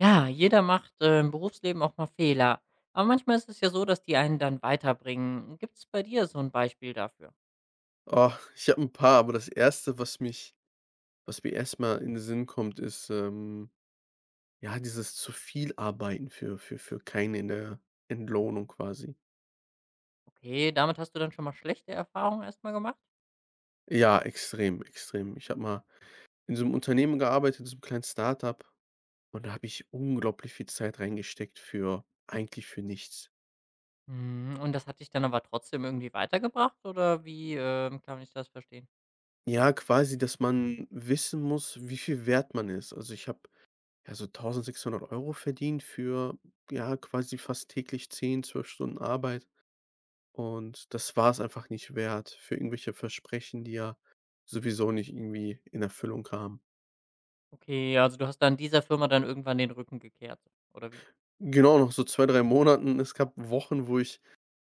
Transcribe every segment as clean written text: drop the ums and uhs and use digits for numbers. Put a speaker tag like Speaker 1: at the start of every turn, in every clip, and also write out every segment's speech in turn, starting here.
Speaker 1: Ja, jeder macht, im Berufsleben auch mal Fehler. Aber manchmal ist es ja so, dass die einen dann weiterbringen. Gibt es bei dir so ein Beispiel dafür?
Speaker 2: Oh, ich habe ein paar, aber das erste, was mich was mir erstmal in den Sinn kommt, ist, ja, dieses zu viel Arbeiten für keine in der Entlohnung quasi.
Speaker 1: Okay, damit hast du dann schon mal schlechte Erfahrungen erstmal gemacht?
Speaker 2: Ja, extrem, extrem. Ich habe mal in so einem Unternehmen gearbeitet, so einem kleinen Startup, und da habe ich unglaublich viel Zeit reingesteckt für eigentlich für nichts.
Speaker 1: Mhm, und das hat dich dann aber trotzdem irgendwie weitergebracht oder wie, kann ich das verstehen?
Speaker 2: Ja, quasi, dass man wissen muss, wie viel wert man ist. Also, ich habe, ja, so 1.600 € verdient für, ja, quasi fast täglich 10 bis 12 Stunden Arbeit. Und das war es einfach nicht wert für irgendwelche Versprechen, die ja sowieso nicht irgendwie in Erfüllung kamen.
Speaker 1: Okay, also du hast dann dieser Firma dann irgendwann den Rücken gekehrt oder wie?
Speaker 2: Genau, noch so 2 bis 3 Monaten, es gab Wochen, wo ich,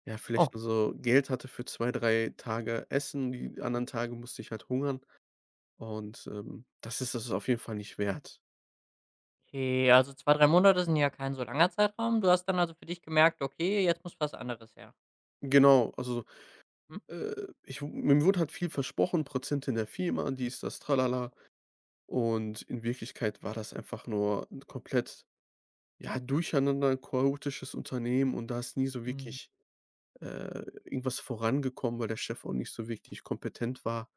Speaker 2: ja, vielleicht
Speaker 1: Oh,
Speaker 2: nur so Geld hatte für 2 bis 3 Tage Essen, die anderen Tage musste ich halt hungern, und, das ist das auf jeden Fall nicht wert.
Speaker 1: okay, also 2, 3 Monate sind ja kein so langer Zeitraum. Du hast dann also für dich gemerkt: „Okay, jetzt muss was anderes her.“
Speaker 2: Genau, also, ich w mir wurde halt viel versprochen, Prozente in der Firma, dies, das, tralala, und in Wirklichkeit war das einfach nur komplett, ja, durcheinander, ein chaotisches Unternehmen, und da ist nie so
Speaker 1: Mhm.
Speaker 2: wirklich irgendwas vorangekommen, weil der Chef auch nicht so wirklich kompetent war.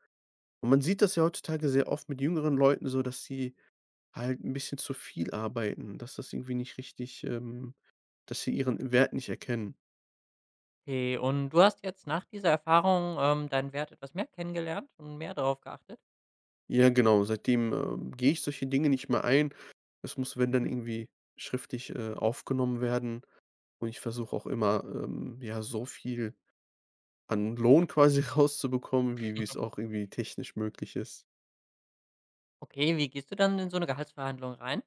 Speaker 2: Und man sieht das ja heutzutage sehr oft mit jüngeren Leuten so, dass sie halt ein bisschen zu viel arbeiten, dass das irgendwie nicht richtig, dass sie ihren Wert nicht erkennen.
Speaker 1: Okay, und du hast jetzt nach dieser Erfahrung, deinen Wert etwas mehr kennengelernt und mehr darauf geachtet?
Speaker 2: Ja, genau, seitdem gehe ich solche Dinge nicht mehr ein. Es muss, wenn dann
Speaker 1: Mhm.
Speaker 2: irgendwie schriftlich aufgenommen werden. Und ich versuche auch immer, ja, so viel an Lohn quasi rauszubekommen, wie es auch irgendwie technisch möglich ist.
Speaker 1: Okay, wie gehst du dann in so eine Gehaltsverhandlung rein?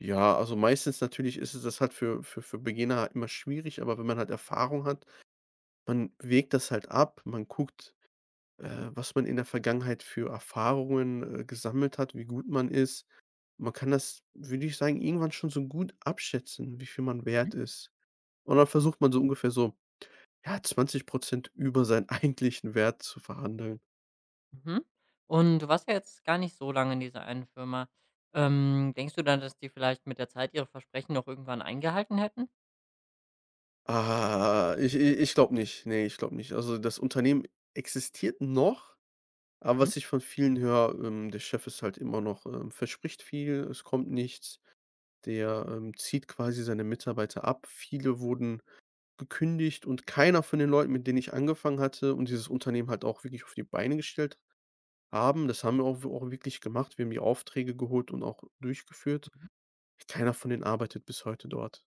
Speaker 2: Ja, also meistens natürlich ist es das halt für Beginner halt immer schwierig, aber wenn man halt Erfahrung hat, man wägt das halt ab, man guckt, was man in der Vergangenheit für Erfahrungen, gesammelt hat, wie gut man ist. Man kann das, würde ich sagen, irgendwann schon so gut abschätzen, wie viel man
Speaker 1: Mhm.
Speaker 2: wert ist. Und dann versucht man so ungefähr so, ja, 20 über seinen eigentlichen Wert zu verhandeln.
Speaker 1: Mhm. Und du warst ja jetzt gar nicht so lange in dieser einen Firma. Denkst du dann, dass die vielleicht mit der Zeit ihre Versprechen noch irgendwann eingehalten hätten?
Speaker 2: Ich glaube nicht. Nee, ich glaube nicht. Also, das Unternehmen existiert noch, aber
Speaker 1: Mhm.
Speaker 2: was ich von vielen höre, der Chef ist halt immer noch, ähm, verspricht viel, es kommt nichts. Der, zieht quasi seine Mitarbeiter ab. Viele wurden gekündigt, und keiner von den Leuten, mit denen ich angefangen hatte und dieses Unternehmen halt auch wirklich auf die Beine gestellt haben, das haben wir auch wirklich gemacht. Wir haben die Aufträge geholt und auch durchgeführt.
Speaker 1: Mhm.
Speaker 2: Keiner von denen arbeitet bis heute dort.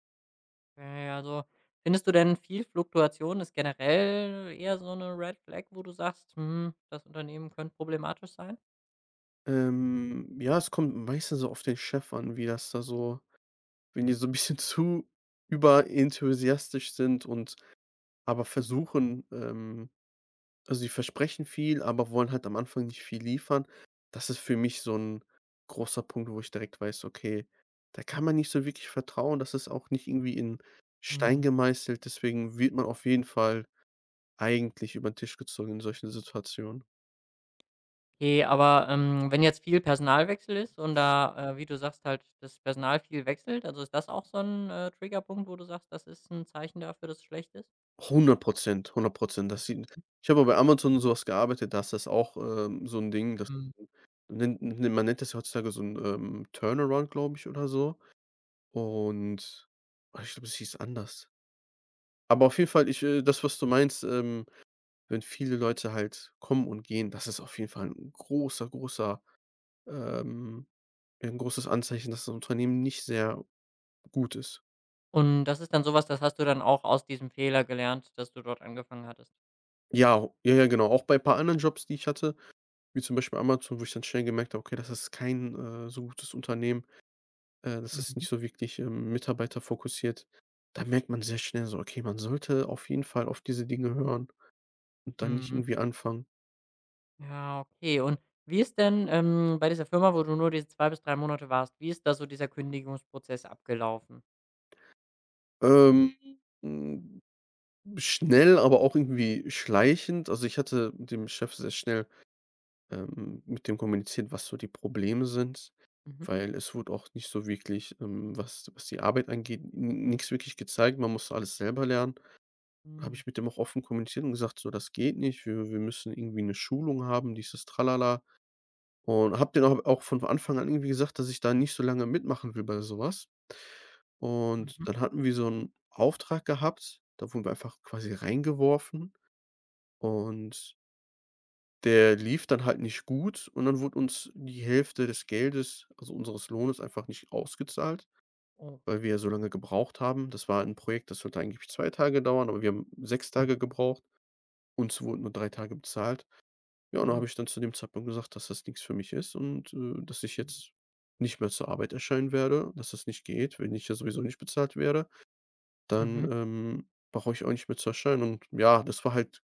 Speaker 1: Okay, also, findest du denn viel Fluktuation ist generell eher so eine Red Flag, wo du sagst: „Hm, das Unternehmen könnte problematisch sein?“
Speaker 2: Ja, es kommt meistens so auf den Chef an, wie das da so, wenn die so ein bisschen zu überenthusiastisch sind und aber versuchen, also, sie versprechen viel, aber wollen halt am Anfang nicht viel liefern. Das ist für mich so ein großer Punkt, wo ich direkt weiß: „Okay, da kann man nicht so wirklich vertrauen.“ Das ist auch nicht irgendwie in Stein
Speaker 1: Hm.
Speaker 2: gemeißelt, deswegen wird man auf jeden Fall eigentlich über den Tisch gezogen in solchen Situationen.
Speaker 1: Okay, aber, wenn jetzt viel Personalwechsel ist und da, wie du sagst, halt das Personal viel wechselt, also ist das auch so ein Triggerpunkt, wo du sagst, das ist ein Zeichen dafür, dass es schlecht ist?
Speaker 2: 100 100. Das sieht, ich habe auch bei Amazon und so was gearbeitet, da ist das auch, so ein Ding, das
Speaker 1: Mhm.
Speaker 2: nennt ne man nennt das ja heutzutage so ein, Turnaround, glaube ich, oder so. Und ich glaube, es hieß anders. Aber auf jeden Fall, ich, das, was du meinst, wenn viele Leute halt kommen und gehen, das ist auf jeden Fall ein großer, ähm 'n großes Anzeichen, dass das Unternehmen nicht sehr gut ist.
Speaker 1: Und das ist dann sowas, das hast du dann auch aus diesem Fehler gelernt, dass du dort angefangen hattest?
Speaker 2: Ja, ja, ja, genau. Auch bei ein paar anderen Jobs, die ich hatte, wie zum Beispiel Amazon, wo ich dann schnell gemerkt habe, okay, das ist kein, so gutes Unternehmen. Das ist
Speaker 1: Mhm,
Speaker 2: nicht so wirklich, mitarbeiterfokussiert. Da merkt man sehr schnell so, okay, man sollte auf jeden Fall auf diese Dinge hören und dann nicht
Speaker 1: mhm.
Speaker 2: irgendwie anfangen.
Speaker 1: Ja, okay. Und wie ist denn, bei dieser Firma, wo du nur diese 2 bis 3 Monate warst, wie ist da so dieser Kündigungsprozess abgelaufen?
Speaker 2: Ähm, hm, schnell, aber auch irgendwie schleichend. Also, ich hatte mit dem Chef sehr schnell, mit dem kommuniziert, was so die Probleme sind,
Speaker 1: Mhm.
Speaker 2: weil es wurde auch nicht so wirklich, was was die Arbeit angeht, nichts wirklich gezeigt. Man musste alles selber lernen. Habe
Speaker 1: Hm.
Speaker 2: ich mit dem auch offen kommuniziert und gesagt: „So, das geht nicht. Wir müssen irgendwie eine Schulung haben, dieses Tralala.“ Und habe denen auch von Anfang an irgendwie gesagt, dass ich da nicht so lange mitmachen will bei sowas.
Speaker 1: Mhm.
Speaker 2: Und dann hatten wir so einen Auftrag gehabt, da wurden wir einfach quasi reingeworfen, und der lief dann halt nicht gut, und dann wurde uns die Hälfte des Geldes, also unseres Lohnes, einfach nicht ausgezahlt,
Speaker 1: Oh.
Speaker 2: weil wir ja so lange gebraucht haben. Das war ein Projekt, das sollte eigentlich 2 Tage dauern, aber wir haben sechs
Speaker 1: Mhm.
Speaker 2: Tage gebraucht. Uns wurden nur 3 Tage bezahlt. Ja, und dann habe
Speaker 1: Ah.
Speaker 2: ich dann zu dem Zeitpunkt gesagt, dass das nichts für mich ist, und, dass ich
Speaker 1: Mhm.
Speaker 2: jetzt nicht mehr zur Arbeit erscheinen werde, dass das nicht geht. Wenn ich ja sowieso nicht bezahlt werde, dann,
Speaker 1: Mhm.
Speaker 2: brauche ich auch nicht mehr zu erscheinen, und ja, das war halt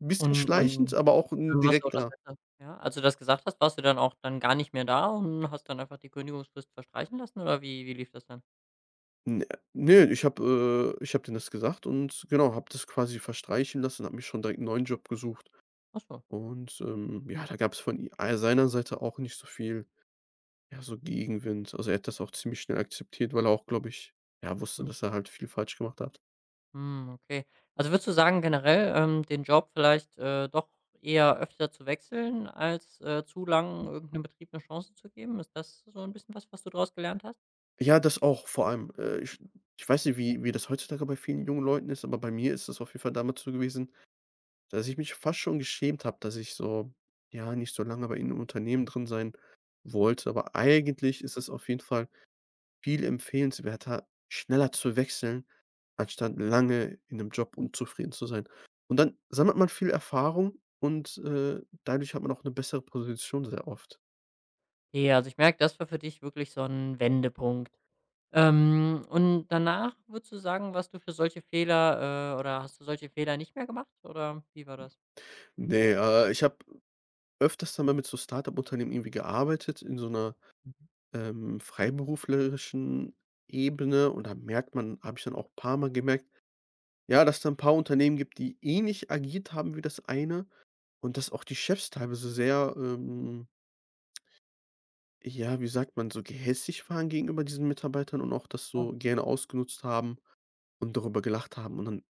Speaker 2: ein bisschen
Speaker 1: Und
Speaker 2: schleichend,
Speaker 1: und
Speaker 2: aber auch 'n
Speaker 1: dann warst du auch das
Speaker 2: direkter.
Speaker 1: Letzte. Ja, als du das gesagt hast, warst du dann auch dann gar nicht mehr da und hast dann einfach die Kündigungsfrist verstreichen lassen oder wie lief das dann?
Speaker 2: n ne, Ich habe, ich habe denen das gesagt, und genau, habe das quasi verstreichen lassen, habe mich schon direkt 'n neuen Job gesucht,
Speaker 1: Ach so.
Speaker 2: und, ja, da gab es von i seiner Seite auch nicht so viel, ja, so Gegenwind. Also, er hat das auch ziemlich schnell akzeptiert, weil er auch, glaube ich, ja, wusste,
Speaker 1: Mhm.
Speaker 2: dass er halt viel falsch gemacht hat.
Speaker 1: Hm, okay. Also, würdest du sagen generell, den Job vielleicht, doch eher öfter zu wechseln, als, zu lang irgendeinem Betrieb eine Chance zu geben? Ist das so ein bisschen was, was du daraus gelernt hast?
Speaker 2: Ja, das auch vor allem. Ich weiß nicht, wie das heutzutage bei vielen jungen Leuten ist, aber bei mir ist das auf jeden Fall damals so gewesen, dass ich mich fast schon geschämt habe, dass ich so, ja, nicht so lange bei ihnen im Unternehmen drin sein wollte. Aber eigentlich ist es auf jeden Fall viel empfehlenswerter, schneller zu wechseln, anstatt lange in 'nem Job unzufrieden zu sein. Und dann sammelt man viel Erfahrung, und, dadurch hat man auch eine bessere Position sehr oft.
Speaker 1: Ja, also, ich merke, das war für dich wirklich so ein Wendepunkt. Und danach würdest du sagen, warst du für solche Fehler, oder hast du solche Fehler nicht mehr gemacht oder wie war das?
Speaker 2: Ne, ich habe öfters dann mal mit so Start-up-Unternehmen irgendwie gearbeitet, in so einer, freiberuflerischen Ebene, und da merkt man habe ich dann auch ein paar Mal gemerkt, ja, dass da ein paar Unternehmen gibt, die ähnlich agiert haben wie das eine, und dass auch die Chefs teilweise sehr, ja, wie sagt man, so gehässig waren gegenüber diesen Mitarbeitern und auch das
Speaker 1: Oh,
Speaker 2: so gerne ausgenutzt haben und darüber gelacht haben, und dann,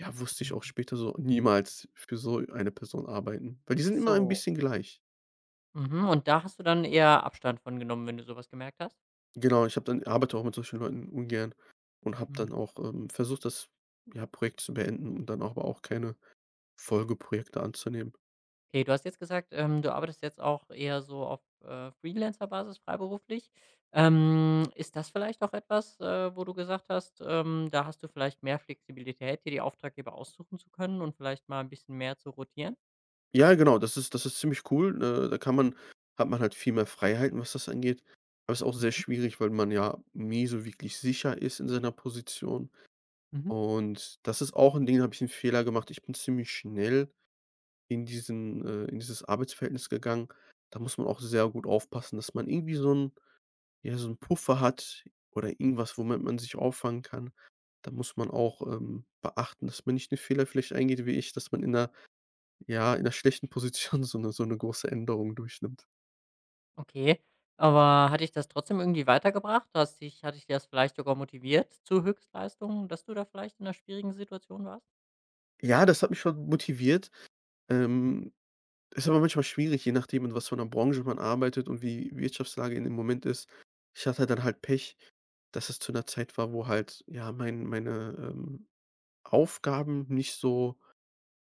Speaker 2: ja, wusste ich auch
Speaker 1: mhm.
Speaker 2: später so: „Niemals für so eine Person arbeiten“, weil die
Speaker 1: Ach
Speaker 2: sind immer ein
Speaker 1: so.
Speaker 2: bisschen gleich.
Speaker 1: Mhm. Und da hast du dann eher Abstand von genommen, wenn du sowas gemerkt hast?
Speaker 2: Genau, ich habe dann arbeite auch mit solchen Leuten ungern, und habe
Speaker 1: Mhm.
Speaker 2: dann auch, versucht, das, ja, Projekt zu beenden und dann aber auch keine Folgeprojekte anzunehmen.
Speaker 1: Okay, du hast jetzt gesagt, du arbeitest jetzt auch eher so auf, Freelancer-Basis freiberuflich. Ist das vielleicht auch etwas, wo du gesagt hast, da hast du vielleicht mehr Flexibilität, dir die Auftraggeber aussuchen zu können und vielleicht mal ein bisschen mehr zu rotieren?
Speaker 2: Ja, genau, das ist ziemlich cool, da kann man hat man halt viel mehr Freiheiten, was das angeht. Aber es ist auch sehr
Speaker 1: Mhm,
Speaker 2: schwierig, weil man ja nie so wirklich sicher ist in seiner Position.
Speaker 1: mhm.
Speaker 2: Und das ist auch ein Ding, da habe ich einen Fehler gemacht. Ich bin ziemlich schnell in diesen, in dieses Arbeitsverhältnis gegangen. Da muss man auch sehr gut aufpassen, dass man irgendwie so ein, ja, so ein Puffer hat oder irgendwas, womit man sich auffangen kann. Da muss man auch, beachten, dass man nicht den Fehler vielleicht eingeht wie ich, dass man in 'ner, ja, in 'ner schlechten Position so eine große Änderung durchnimmt.
Speaker 1: Okay, aber hat dich das trotzdem irgendwie weitergebracht? Hast dich Hat dich das vielleicht sogar motiviert zu Höchstleistungen, dass du da vielleicht in einer schwierigen Situation warst?
Speaker 2: Ja, das hat mich schon motiviert. Ähm, ist aber manchmal schwierig, je nachdem, in was für 'ner Branche man arbeitet und wie Wirtschaftslage in dem Moment ist. Ich hatte dann halt Pech, dass es zu einer Zeit war, wo halt, ja, meine, Aufgaben nicht so,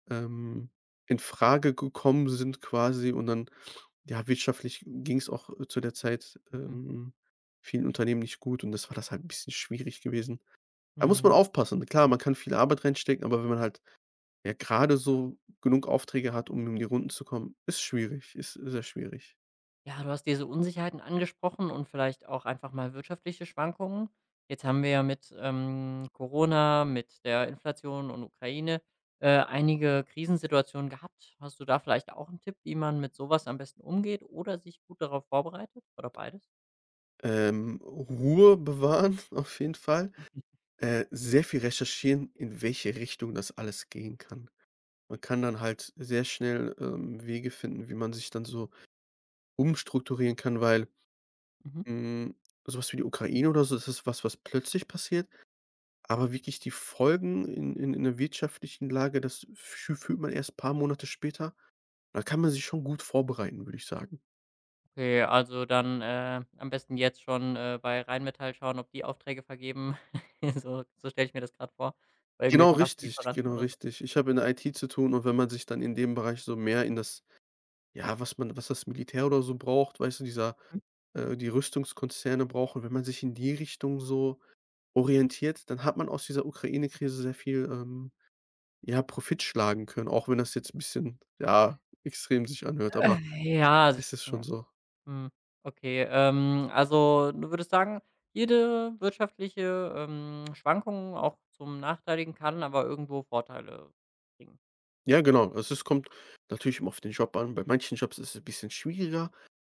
Speaker 2: ähm, in Frage gekommen sind quasi, und dann, ja, wirtschaftlich ging es auch, zu der Zeit,
Speaker 1: Mhm,
Speaker 2: vielen Unternehmen nicht gut, und das war das halt ein bisschen schwierig gewesen. Da muss man
Speaker 1: mhm.
Speaker 2: aufpassen. Klar, man kann viel Arbeit reinstecken, aber wenn man halt, ja, gerade so genug Aufträge hat, um die Runden zu kommen, ist schwierig, ist sehr schwierig.
Speaker 1: Ja, du hast diese Unsicherheiten angesprochen und vielleicht auch einfach mal wirtschaftliche Schwankungen. Jetzt haben wir ja mit Corona, mit der Inflation und Ukraine einige Krisensituationen gehabt. Hast du da vielleicht auch einen Tipp, wie man mit sowas am besten umgeht oder sich gut darauf vorbereitet? Oder beides?
Speaker 2: Ruhe bewahren auf jeden Fall, sehr viel recherchieren, in welche Richtung das alles gehen kann. Man kann dann halt sehr schnell, Wege finden, wie man sich dann so umstrukturieren kann, weil,
Speaker 1: Mhm.
Speaker 2: hm, so wie die Ukraine oder so, das ist was, was plötzlich passiert, aber wirklich die Folgen in der wirtschaftlichen Lage, das fü fühlt man erst ein paar Monate später. Da kann man sich schon gut vorbereiten, würde ich sagen.
Speaker 1: Okay, also dann am besten jetzt schon bei Rheinmetall schauen, ob die Aufträge vergeben. So stelle ich mir das gerade vor, bei
Speaker 2: Genau
Speaker 1: irgendwelchen
Speaker 2: richtig,
Speaker 1: Waffenlieferanten
Speaker 2: genau
Speaker 1: oder so.
Speaker 2: richtig. Ich habe in der IT zu tun, und wenn man sich dann in dem Bereich so mehr in das, ja, was man, was das Militär oder so braucht, weißt du, dieser, die Rüstungskonzerne brauchen, wenn man sich in die Richtung so orientiert, dann hat man aus dieser Ukraine-Krise sehr viel, ja, Profit schlagen können, auch wenn das jetzt 'n bisschen, ja, extrem sich anhört, aber
Speaker 1: Äh, ja, also ich,
Speaker 2: ist es schon so.
Speaker 1: mhm. Okay, also du würdest sagen, jede wirtschaftliche, Schwankung auch zum Nachteiligen kann aber irgendwo Vorteile bringen.
Speaker 2: Ja, genau. Also, es kommt natürlich immer auf den Job an. Bei manchen Jobs ist es ein bisschen schwieriger,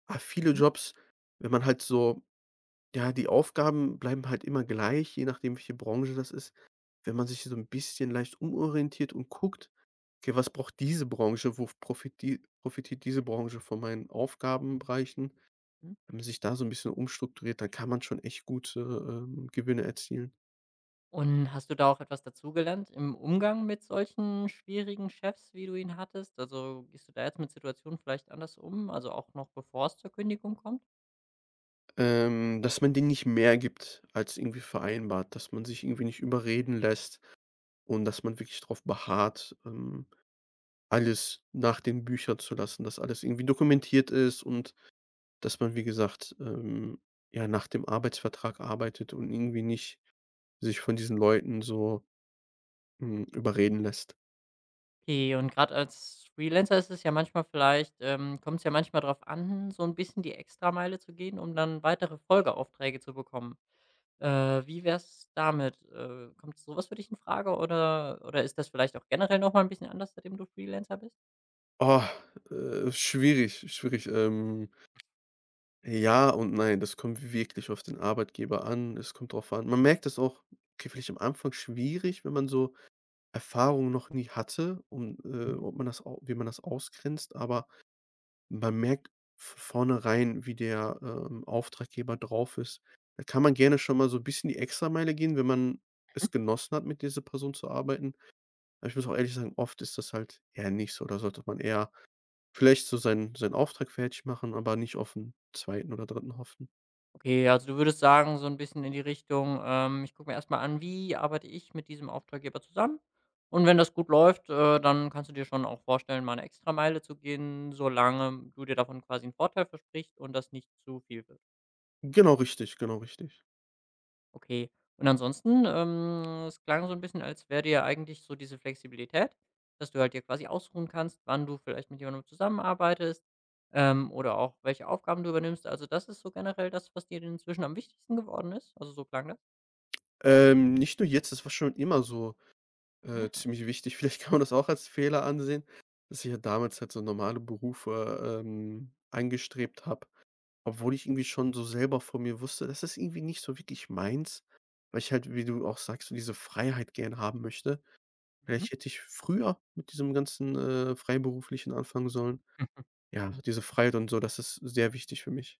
Speaker 2: aber viele
Speaker 1: Mhm.
Speaker 2: Jobs, wenn man halt so, ja, die Aufgaben bleiben halt immer gleich, je nachdem, welche Branche das ist. Wenn man sich so ein bisschen leicht umorientiert und guckt: „Okay, was braucht diese Branche? Wo profitiert diese Branche von meinen Aufgabenbereichen?“
Speaker 1: Mhm.
Speaker 2: Wenn man sich da so ein bisschen umstrukturiert, dann kann man schon echt gute, Gewinne erzielen.
Speaker 1: Und hast du da auch etwas dazugelernt im Umgang mit solchen schwierigen Chefs, wie du ihn hattest? Also, gehst du da jetzt mit Situationen vielleicht anders um, also auch noch bevor es zur Kündigung kommt?
Speaker 2: Dass man denen nicht mehr gibt als irgendwie vereinbart, dass man sich irgendwie nicht überreden lässt, und dass man wirklich drauf beharrt, alles nach den Büchern zu lassen, dass alles irgendwie dokumentiert ist, und dass man, wie gesagt, ja, nach dem Arbeitsvertrag arbeitet und irgendwie nicht sich von diesen Leuten so, überreden lässt.
Speaker 1: Okay, und gerade als Freelancer ist es ja manchmal vielleicht kommt es ja manchmal darauf an, so ein bisschen die Extrameile zu gehen, um dann weitere Folgeaufträge zu bekommen. Wie wär's damit? Kommt so was für dich in Frage oder ist das vielleicht auch generell noch mal 'n bisschen anders, seitdem du Freelancer bist?
Speaker 2: Oh, schwierig, schwierig. Ja und nein, das kommt wirklich auf den Arbeitgeber an. Es kommt drauf an, man merkt das auch, okay, vielleicht am Anfang schwierig, wenn man so Erfahrungen noch nie hatte, um,
Speaker 1: Mhm.
Speaker 2: ob man das au wie man das ausgrenzt, aber man merkt v vornherein, wie der, Auftraggeber drauf ist. Da kann man gerne schon mal so ein bisschen die Extrameile gehen, wenn man es genossen hat, mit dieser Person zu arbeiten. Aber ich muss auch ehrlich sagen, oft ist das halt eher nicht so. Da sollte man eher vielleicht so seinen Auftrag fertig machen, aber nicht auf 'n 2. oder dritten hoffen.
Speaker 1: Okay, also du würdest sagen, so ein bisschen in die Richtung, „Ich gucke mir erst mal an, wie arbeite ich mit diesem Auftraggeber zusammen?“ Und wenn das gut läuft, dann kannst du dir schon auch vorstellen, mal eine Extrameile zu gehen, solange du dir davon quasi einen Vorteil versprichst und das nicht zu viel wird.
Speaker 2: Genau richtig, genau richtig.
Speaker 1: Okay. Und ansonsten, es klang so ein bisschen, als wäre dir eigentlich so diese Flexibilität, dass du halt dir quasi ausruhen kannst, wann du vielleicht mit jemandem zusammenarbeitest, oder auch welche Aufgaben du übernimmst. Also, das ist so generell das, was dir denn inzwischen am wichtigsten geworden ist? Also, so klang das?
Speaker 2: Nicht nur jetzt, das war schon immer so,
Speaker 1: Ah,
Speaker 2: ziemlich wichtig. Vielleicht kann man das auch als Fehler ansehen, dass ich ja damals halt so normale Berufe, angestrebt habe, obwohl ich irgendwie schon so selber von mir wusste, das ist irgendwie nicht so wirklich meins, weil ich halt, wie du auch sagst, so diese Freiheit gern haben möchte.
Speaker 1: mhm.
Speaker 2: Vielleicht hätte ich früher mit diesem ganzen, Freiberuflichen anfangen sollen.
Speaker 1: Mhm.
Speaker 2: Ja, so diese Freiheit und so, das ist sehr wichtig für mich.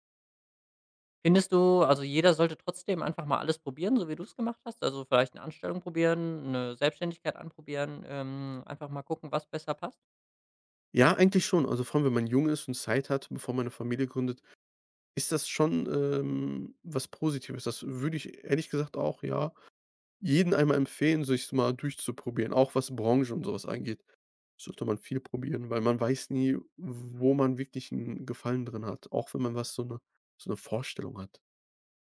Speaker 1: Findest du also, jeder sollte trotzdem einfach mal alles probieren, so wie du es gemacht hast? Also, vielleicht eine Anstellung probieren, eine Selbstständigkeit anprobieren, einfach mal gucken, was besser passt?
Speaker 2: Ja, eigentlich schon. Also, vor allem, wenn man jung ist und Zeit hat, bevor man 'ne Familie gründet, ist das schon, was Positives? Das würde ich ehrlich gesagt auch, ja, jeden einmal empfehlen, sich mal durchzuprobieren, auch was Branche und so was angeht. Sollte man viel probieren, weil man weiß nie, wo man wirklich einen Gefallen drin hat, auch wenn man was so eine, so 'ne Vorstellung hat.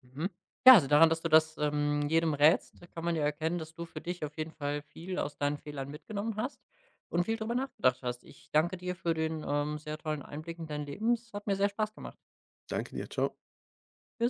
Speaker 1: Mhm. Ja, also daran, dass du das, jedem rätst, kann man ja erkennen, dass du für dich auf jeden Fall viel aus deinen Fehlern mitgenommen hast und viel drüber nachgedacht hast. Ich danke dir für den, sehr tollen Einblick in dein Leben. Es hat mir sehr Spaß gemacht.
Speaker 2: Danke dir, ciao.
Speaker 1: Tschüss.